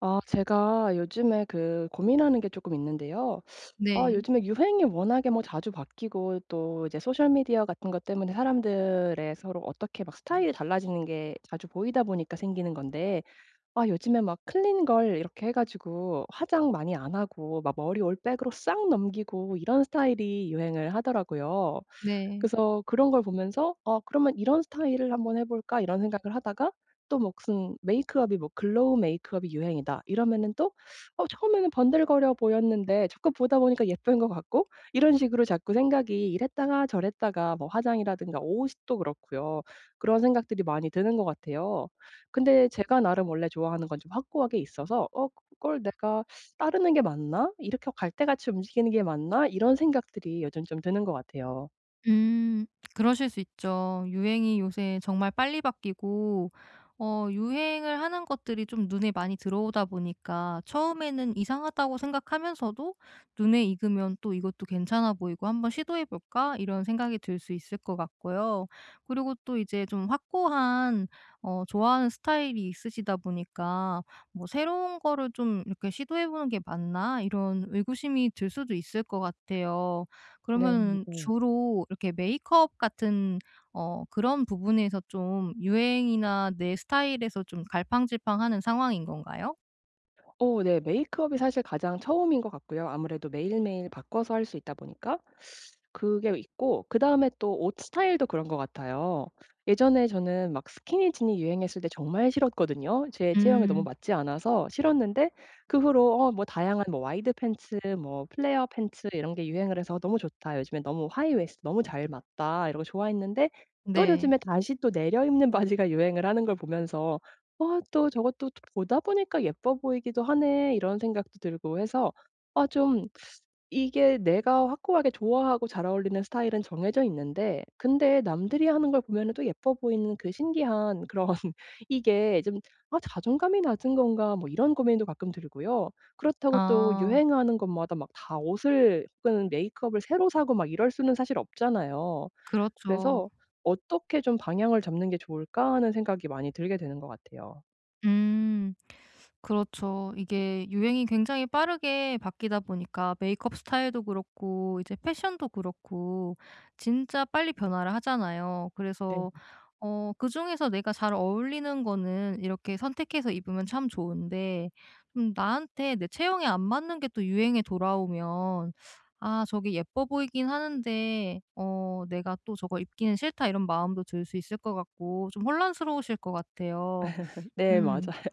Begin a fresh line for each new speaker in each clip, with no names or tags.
아 제가 요즘에 그 고민하는 게 조금 있는데요. 아
네.
요즘에 유행이 워낙에 뭐 자주 바뀌고 또 이제 소셜 미디어 같은 것 때문에 사람들의 서로 어떻게 막 스타일이 달라지는 게 자주 보이다 보니까 생기는 건데, 아 요즘에 막 클린 걸 이렇게 해 가지고 화장 많이 안 하고 막 머리 올백으로 싹 넘기고 이런 스타일이 유행을 하더라고요.
네.
그래서 그런 걸 보면서 '어 그러면 이런 스타일을 한번 해 볼까?' 이런 생각을 하다가, 또 뭐 무슨 메이크업이 뭐 글로우 메이크업이 유행이다 이러면은, 또 어 처음에는 번들거려 보였는데 자꾸 보다 보니까 예쁜 것 같고, 이런 식으로 자꾸 생각이 이랬다가 저랬다가 뭐 화장이라든가 옷도 그렇고요. 그런 생각들이 많이 드는 것 같아요. 근데 제가 나름 원래 좋아하는 건 좀 확고하게 있어서 '어 그걸 내가 따르는 게 맞나? 이렇게 갈대같이 움직이는 게 맞나?' 이런 생각들이 요즘 좀 드는 것 같아요.
음. 그러실 수 있죠. 유행이 요새 정말 빨리 바뀌고 유행을 하는 것들이 좀 눈에 많이 들어오다 보니까 처음에는 이상하다고 생각하면서도 눈에 익으면 또 '이것도 괜찮아 보이고 한번 시도해 볼까?' 이런 생각이 들 수 있을 것 같고요. 그리고 또 이제 좀 확고한 좋아하는 스타일이 있으시다 보니까 뭐 '새로운 거를 좀 이렇게 시도해 보는 게 맞나?' 이런 의구심이 들 수도 있을 것 같아요.
네,
그러면은
맞아요.
주로 이렇게 메이크업 같은 그런 부분에서 좀 유행이나 내 스타일에서 좀 갈팡질팡하는 상황인 건가요?
어 네. 메이크업이 사실 가장 처음인 것 같고요. 아무래도 매일매일 바꿔서 할 수 있다 보니까 그게 있고, 그다음에 또 옷 스타일도 그런 것 같아요. 예전에 저는 막 스키니진이 유행했을 때 정말 싫었거든요. 제 체형에 너무
음.
맞지 않아서 싫었는데, 그 후로 어 뭐 다양한 뭐 와이드 팬츠 뭐 플레어 팬츠 이런 게 유행을 해서 '너무 좋다. 요즘에 너무 하이 웨스트 너무 잘 맞다.' 이러고 좋아했는데, 또
네.
요즘에 다시 또 내려 입는 바지가 유행을 하는 걸 보면서 '아 또 저것도 또 보다 보니까 예뻐 보이기도 하네.' 이런 생각도 들고 해서, 아 좀, 이게 내가 확고하게 좋아하고 잘 어울리는 스타일은 정해져 있는데, 근데 남들이 하는 걸 보면은 또 예뻐 보이는 그 신기한 그런 이게 좀, '아 자존감이 낮은 건가?' 뭐 이런 고민도 가끔 들고요. 그렇다고 또
아.
유행하는 것마다 막 다 옷을 혹은 메이크업을 새로 사고 막 이럴 수는 사실 없잖아요.
그렇죠.
그래서 '어떻게 좀 방향을 잡는 게 좋을까?' 하는 생각이 많이 들게 되는 것 같아요.
음. 그렇죠. 이게 유행이 굉장히 빠르게 바뀌다 보니까 메이크업 스타일도 그렇고 이제 패션도 그렇고 진짜 빨리 변화를 하잖아요.
네.
그래서 그중에서 내가 잘 어울리는 거는 이렇게 선택해서 입으면 참 좋은데 좀 나한테 내 체형에 안 맞는 게 또 유행에 돌아오면 '아 저게 예뻐 보이긴 하는데 어 내가 또 저걸 입기는 싫다.' 이런 마음도 들 수 있을 것 같고 좀 혼란스러우실 것 같아요.
네,
음.
맞아요.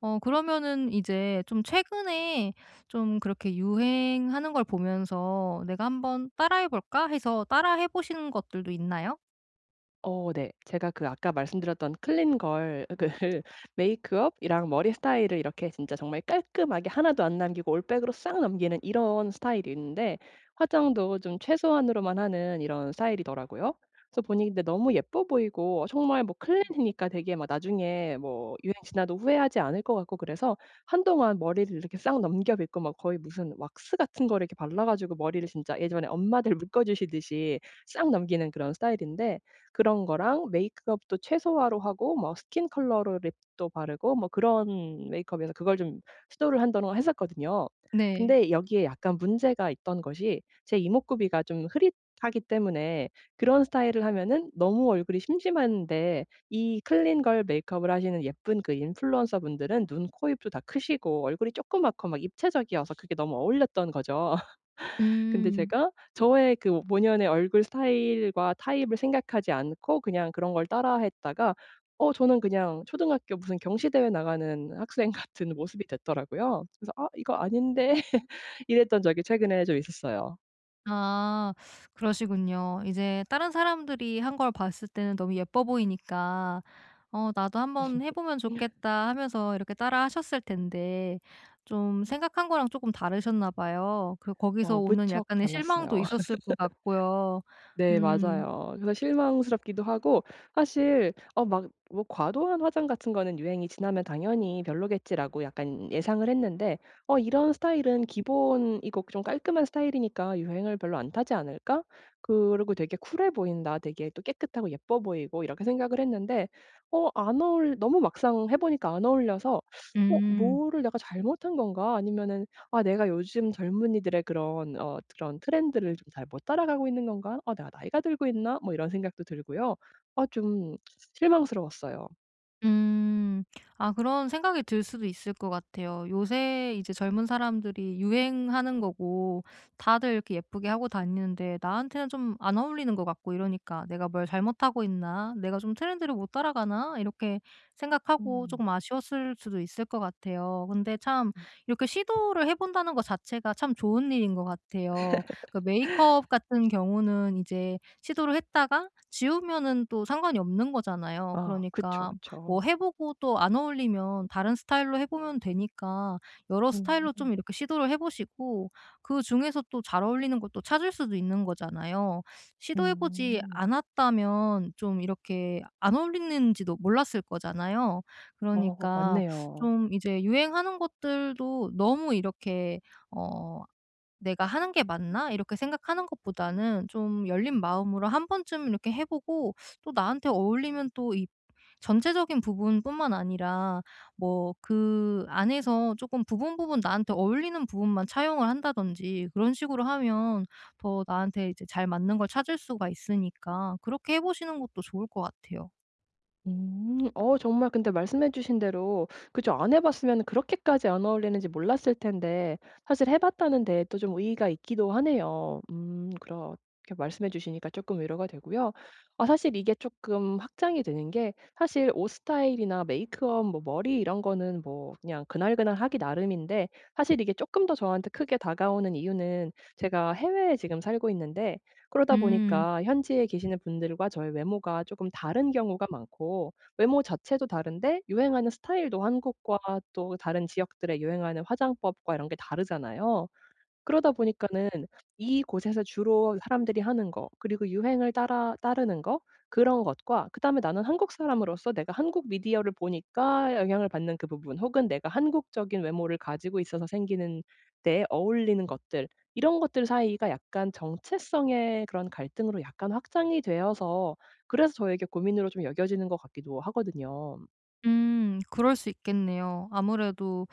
그러면은 이제 좀 최근에 좀 그렇게 유행하는 걸 보면서 '내가 한번 따라해 볼까?' 해서 따라해 보신 것들도 있나요?
어 네. 제가 그 아까 말씀드렸던 클린 걸 그 메이크업이랑 머리 스타일을 이렇게 진짜 정말 깔끔하게 하나도 안 남기고 올백으로 싹 넘기는 이런 스타일이 있는데, 화장도 좀 최소한으로만 하는 이런 스타일이더라고요. 그래서 보니 근데 너무 예뻐 보이고, 정말 뭐 클린이니까 되게 막 나중에 뭐 유행 지나도 후회하지 않을 것 같고, 그래서 한동안 머리를 이렇게 싹 넘겨 빗고 막 거의 무슨 왁스 같은 거를 이렇게 발라 가지고 머리를 진짜 예전에 엄마들 묶어 주시듯이 싹 넘기는 그런 스타일인데, 그런 거랑 메이크업도 최소화로 하고 뭐 스킨 컬러로 립도 바르고 뭐 그런 메이크업에서 그걸 좀 시도를 한동안 했었거든요.
네.
근데 여기에 약간 문제가 있던 것이, 제 이목구비가 좀 흐릿하기 때문에 그런 스타일을 하면은 너무 얼굴이 심심한데, 이 클린 걸 메이크업을 하시는 예쁜 그 인플루언서분들은 눈, 코, 입도 다 크시고 얼굴이 조그맣고 막 입체적이어서 그게 너무 어울렸던 거죠. 근데
음.
제가 저의 그 본연의 얼굴 스타일과 타입을 생각하지 않고 그냥 그런 걸 따라했다가, 어 저는 그냥 초등학교 무슨 경시대회 나가는 학생 같은 모습이 됐더라고요. 그래서 '아 이거 아닌데.' 이랬던 적이 최근에 좀 있었어요.
아 그러시군요. 이제 다른 사람들이 한 걸 봤을 때는 너무 예뻐 보이니까 '어 나도 한번 해 보면 좋겠다.' 하면서 이렇게 따라하셨을 텐데 좀 생각한 거랑 조금 다르셨나 봐요. 그 거기서
어
오는
무척
약간의 실망도
달랐어요.
있었을 것 같고요.
네,
음.
맞아요. 그래서 실망스럽기도 하고, 사실 어 막 뭐 과도한 화장 같은 거는 유행이 지나면 당연히 별로겠지라고 약간 예상을 했는데, 어 '이런 스타일은 기본이고 좀 깔끔한 스타일이니까 유행을 별로 안 타지 않을까? 그리고 되게 쿨해 보인다. 되게 또 깨끗하고 예뻐 보이고.' 이렇게 생각을 했는데, 어 안 어울 너무 막상 해 보니까 안 어울려서 '어
음.
뭐를 내가 잘못한 건가?' 아니면은 '아 내가 요즘 젊은이들의 그런 어 그런 트렌드를 좀 잘 못 따라가고 있는 건가? 어 내가 나이가 들고 있나?' 뭐 이런 생각도 들고요. 아 좀 실망스러웠어요.
음. 아 그런 생각이 들 수도 있을 것 같아요. 요새 이제 젊은 사람들이 유행하는 거고 다들 이렇게 예쁘게 하고 다니는데 나한테는 좀 안 어울리는 것 같고 이러니까 '내가 뭘 잘못하고 있나? 내가 좀 트렌드를 못 따라가나?' 이렇게 생각하고 조
음.
금 아쉬웠을 수도 있을 것 같아요. 근데 참
음.
이렇게 시도를 해 본다는 것 자체가 참 좋은 일인 것 같아요. 그 메이크업 같은 경우는 이제 시도를 했다가 지우면은 또 상관이 없는 거잖아요.
아 그쵸,
그러니까 뭐
그쵸.
해 보고 또 안 어울리면 다른 스타일로 해 보면 되니까 여러
음.
스타일로
음.
좀 이렇게 시도를 해 보시고 그중에서 또 잘 어울리는 것도 찾을 수도 있는 거잖아요. 시도해 보지
음.
않았다면 좀 이렇게 안 어울리는지도 몰랐을 거잖아요.
어
그러니까
맞네요.
좀 이제 유행하는 것들도 너무 이렇게 어 '내가 하는 게 맞나?' 이렇게 생각하는 것보다는 좀 열린 마음으로 한 번쯤 이렇게 해 보고 또 나한테 어울리면 또 이 전체적인 부분뿐만 아니라 뭐 그 안에서 조금 부분, 부분 나한테 어울리는 부분만 차용을 한다든지 그런 식으로 하면 더 나한테 이제 잘 맞는 걸 찾을 수가 있으니까 그렇게 해 보시는 것도 좋을 것 같아요.
음. 어 정말 근데 말씀해 주신 대로, 그죠, 안 해 봤으면 그렇게까지 안 어울리는지 몰랐을 텐데 사실 해 봤다는 데에 또 좀 의의가 있기도 하네요. 그렇게 말씀해 주시니까 조금 위로가 되고요. 아 사실 이게 조금 확장이 되는 게, 사실 옷 스타일이나 메이크업 뭐 머리 이런 거는 뭐 그냥 그날그날 하기 나름인데, 사실 이게 조금 더 저한테 크게 다가오는 이유는 제가 해외에 지금 살고 있는데, 그러다
음.
보니까 현지에 계시는 분들과 저의 외모가 조금 다른 경우가 많고, 외모 자체도 다른데 유행하는 스타일도 한국과 또 다른 지역들의 유행하는 화장법과 이런 게 다르잖아요. 그러다 보니까는 이곳에서 주로 사람들이 하는 거, 그리고 유행을 따라 따르는 거, 그런 것과 그다음에 나는 한국 사람으로서 내가 한국 미디어를 보니까 영향을 받는 그 부분, 혹은 내가 한국적인 외모를 가지고 있어서 생기는 데에 어울리는 것들, 이런 것들 사이가 약간 정체성의 그런 갈등으로 약간 확장이 되어서 그래서 저에게 고민으로 좀 여겨지는 것 같기도 하거든요.
그럴 수 있겠네요. 아무래도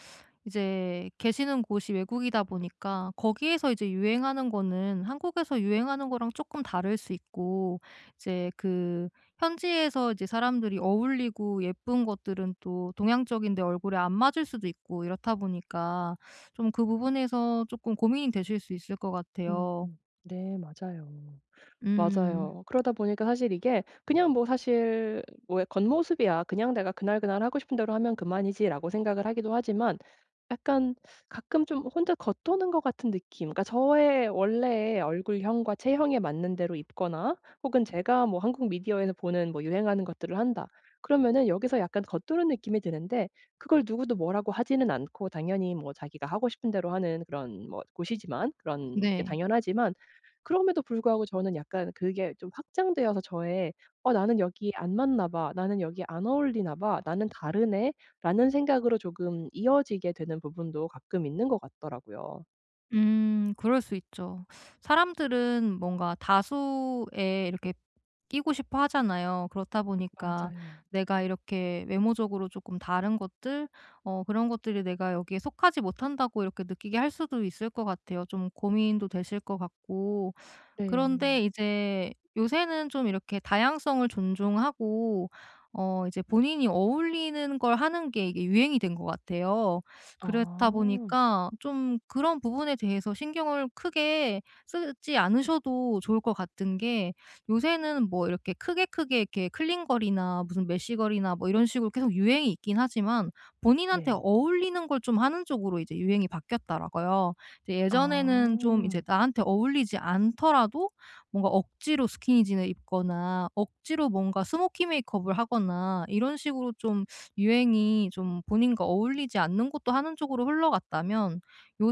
이제 계시는 곳이 외국이다 보니까 거기에서 이제 유행하는 거는 한국에서 유행하는 거랑 조금 다를 수 있고 이제 그 현지에서 이제 사람들이 어울리고 예쁜 것들은 또 동양적인데 얼굴에 안 맞을 수도 있고 이렇다 보니까 좀 그 부분에서 조금 고민이 되실 수 있을 것 같아요.
음. 네, 맞아요.
음
맞아요. 그러다 보니까 사실 이게 그냥 뭐, 사실 뭐 겉모습이야. 그냥 내가 그날그날 하고 싶은 대로 하면 그만이지라고 생각을 하기도 하지만, 약간 가끔 좀 혼자 겉도는 것 같은 느낌. 그러니까 저의 원래의 얼굴형과 체형에 맞는 대로 입거나 혹은 제가 뭐 한국 미디어에서 보는 뭐 유행하는 것들을 한다. 그러면은 여기서 약간 겉도는 느낌이 드는데, 그걸 누구도 뭐라고 하지는 않고 당연히 뭐 자기가 하고 싶은 대로 하는 그런 뭐 곳이지만, 그런 게
네.
당연하지만 그럼에도 불구하고 저는 약간 그게 좀 확장되어서 저의 '어 나는 여기 안 맞나 봐. 나는 여기 안 어울리나 봐. 나는 다르네.' 라는 생각으로 조금 이어지게 되는 부분도 가끔 있는 것 같더라고요.
그럴 수 있죠. 사람들은 뭔가 다수에 이렇게 끼고 싶어 하잖아요. 그렇다 보니까
맞아요.
내가 이렇게 외모적으로 조금 다른 것들 그런 것들이 내가 여기에 속하지 못한다고 이렇게 느끼게 할 수도 있을 것 같아요. 좀 고민도 되실 것 같고
네.
그런데 이제 요새는 좀 이렇게 다양성을 존중하고 이제 본인이 어울리는 걸 하는 게 이게 유행이 된 것 같아요. 그렇다
아.
보니까 좀 그런 부분에 대해서 신경을 크게 쓰지 않으셔도 좋을 것 같은 게 요새는 뭐 이렇게 크게 크게 이렇게 클린걸이나 무슨 메쉬걸이나 뭐 이런 식으로 계속 유행이 있긴 하지만 본인한테
네.
어울리는 걸 좀 하는 쪽으로 이제 유행이 바뀌었더라고요. 이제
아.
예전에는 좀 이제 나한테 어울리지 않더라도 뭔가 억지로 스키니진을 입거나 억지로 뭔가 스모키 메이크업을 하거나 이런 식으로 좀 유행이 좀 본인과 어울리지 않는 것도 하는 쪽으로 흘러갔다면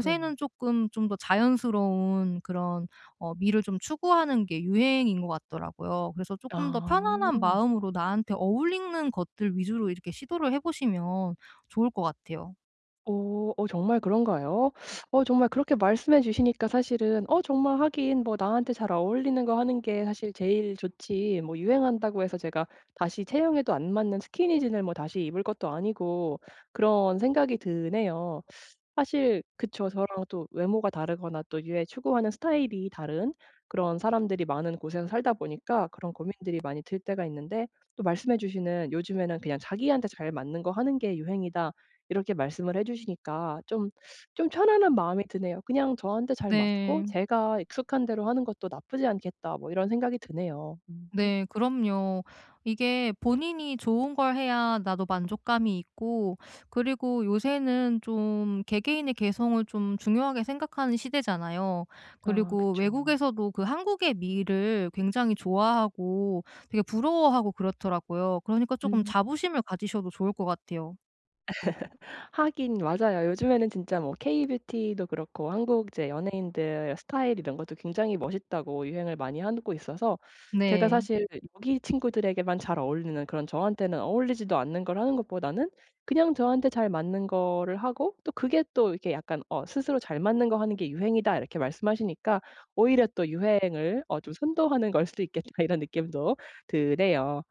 네.
조금 좀 더 자연스러운 그런 미를 좀 추구하는 게 유행인 것 같더라고요. 그래서 조금 더
아.
편안한 마음으로 나한테 어울리는 것들 위주로 이렇게 시도를 해 보시면 좋을 것 같아요.
어. 어 정말 그런가요? 어 정말 그렇게 말씀해 주시니까 사실은, 어 정말 하긴 뭐 나한테 잘 어울리는 거 하는 게 사실 제일 좋지, 뭐 유행한다고 해서 제가 다시 체형에도 안 맞는 스키니진을 뭐 다시 입을 것도 아니고, 그런 생각이 드네요. 사실 그쵸. 저랑 또 외모가 다르거나 또 유해 추구하는 스타일이 다른 그런 사람들이 많은 곳에서 살다 보니까 그런 고민들이 많이 들 때가 있는데, 또 말씀해 주시는 "요즘에는 그냥 자기한테 잘 맞는 거 하는 게 유행이다." 이렇게 말씀을 해 주시니까 좀, 좀 편안한 마음이 드네요. '그냥 저한테 잘 맞고
네.
제가 익숙한 대로 하는 것도 나쁘지 않겠다.' 뭐 이런 생각이 드네요. 음.
네, 그럼요. 이게 본인이 좋은 걸 해야 나도 만족감이 있고, 그리고 요새는 좀 개개인의 개성을 좀 중요하게 생각하는 시대잖아요.
아
그리고
그쵸.
외국에서도 그 한국의 미를 굉장히 좋아하고 되게 부러워하고 그렇더라고요. 그러니까 조금
음.
자부심을 가지셔도 좋을 것 같아요.
하긴 맞아요. 요즘에는 진짜 뭐 K뷰티도 그렇고 한국 이제 연예인들 스타일 이런 것도 굉장히 멋있다고 유행을 많이 하고 있어서, 제가
네,
사실 여기 친구들에게만 잘 어울리는 그런 저한테는 어울리지도 않는 걸 하는 것보다는 그냥 저한테 잘 맞는 거를 하고, 또 그게 또 이렇게 약간 어 스스로 잘 맞는 거 하는 게 유행이다 이렇게 말씀하시니까 오히려 또 유행을 어 좀 선도하는 걸 수도 있겠다 이런 느낌도 드네요.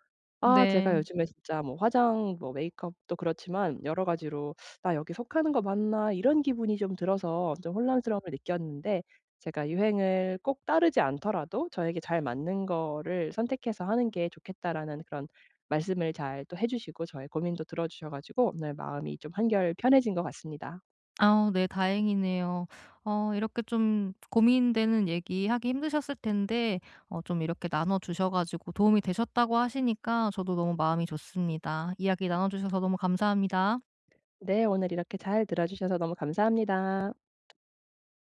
아 제가
네.
요즘에 진짜 뭐 화장 뭐 메이크업도 그렇지만 여러 가지로 '나 여기 속하는 거 맞나?' 이런 기분이 좀 들어서 좀 혼란스러움을 느꼈는데, 제가 유행을 꼭 따르지 않더라도 저에게 잘 맞는 거를 선택해서 하는 게 좋겠다라는 그런 말씀을 잘 또 해 주시고 저의 고민도 들어 주셔 가지고 오늘 마음이 좀 한결 편해진 것 같습니다.
아 네 다행이네요. 이렇게 좀 고민되는 얘기하기 힘드셨을 텐데 좀 이렇게 나눠 주셔 가지고 도움이 되셨다고 하시니까 저도 너무 마음이 좋습니다. 이야기 나눠 주셔서 너무 감사합니다.
네 오늘 이렇게 잘 들어 주셔서 너무 감사합니다.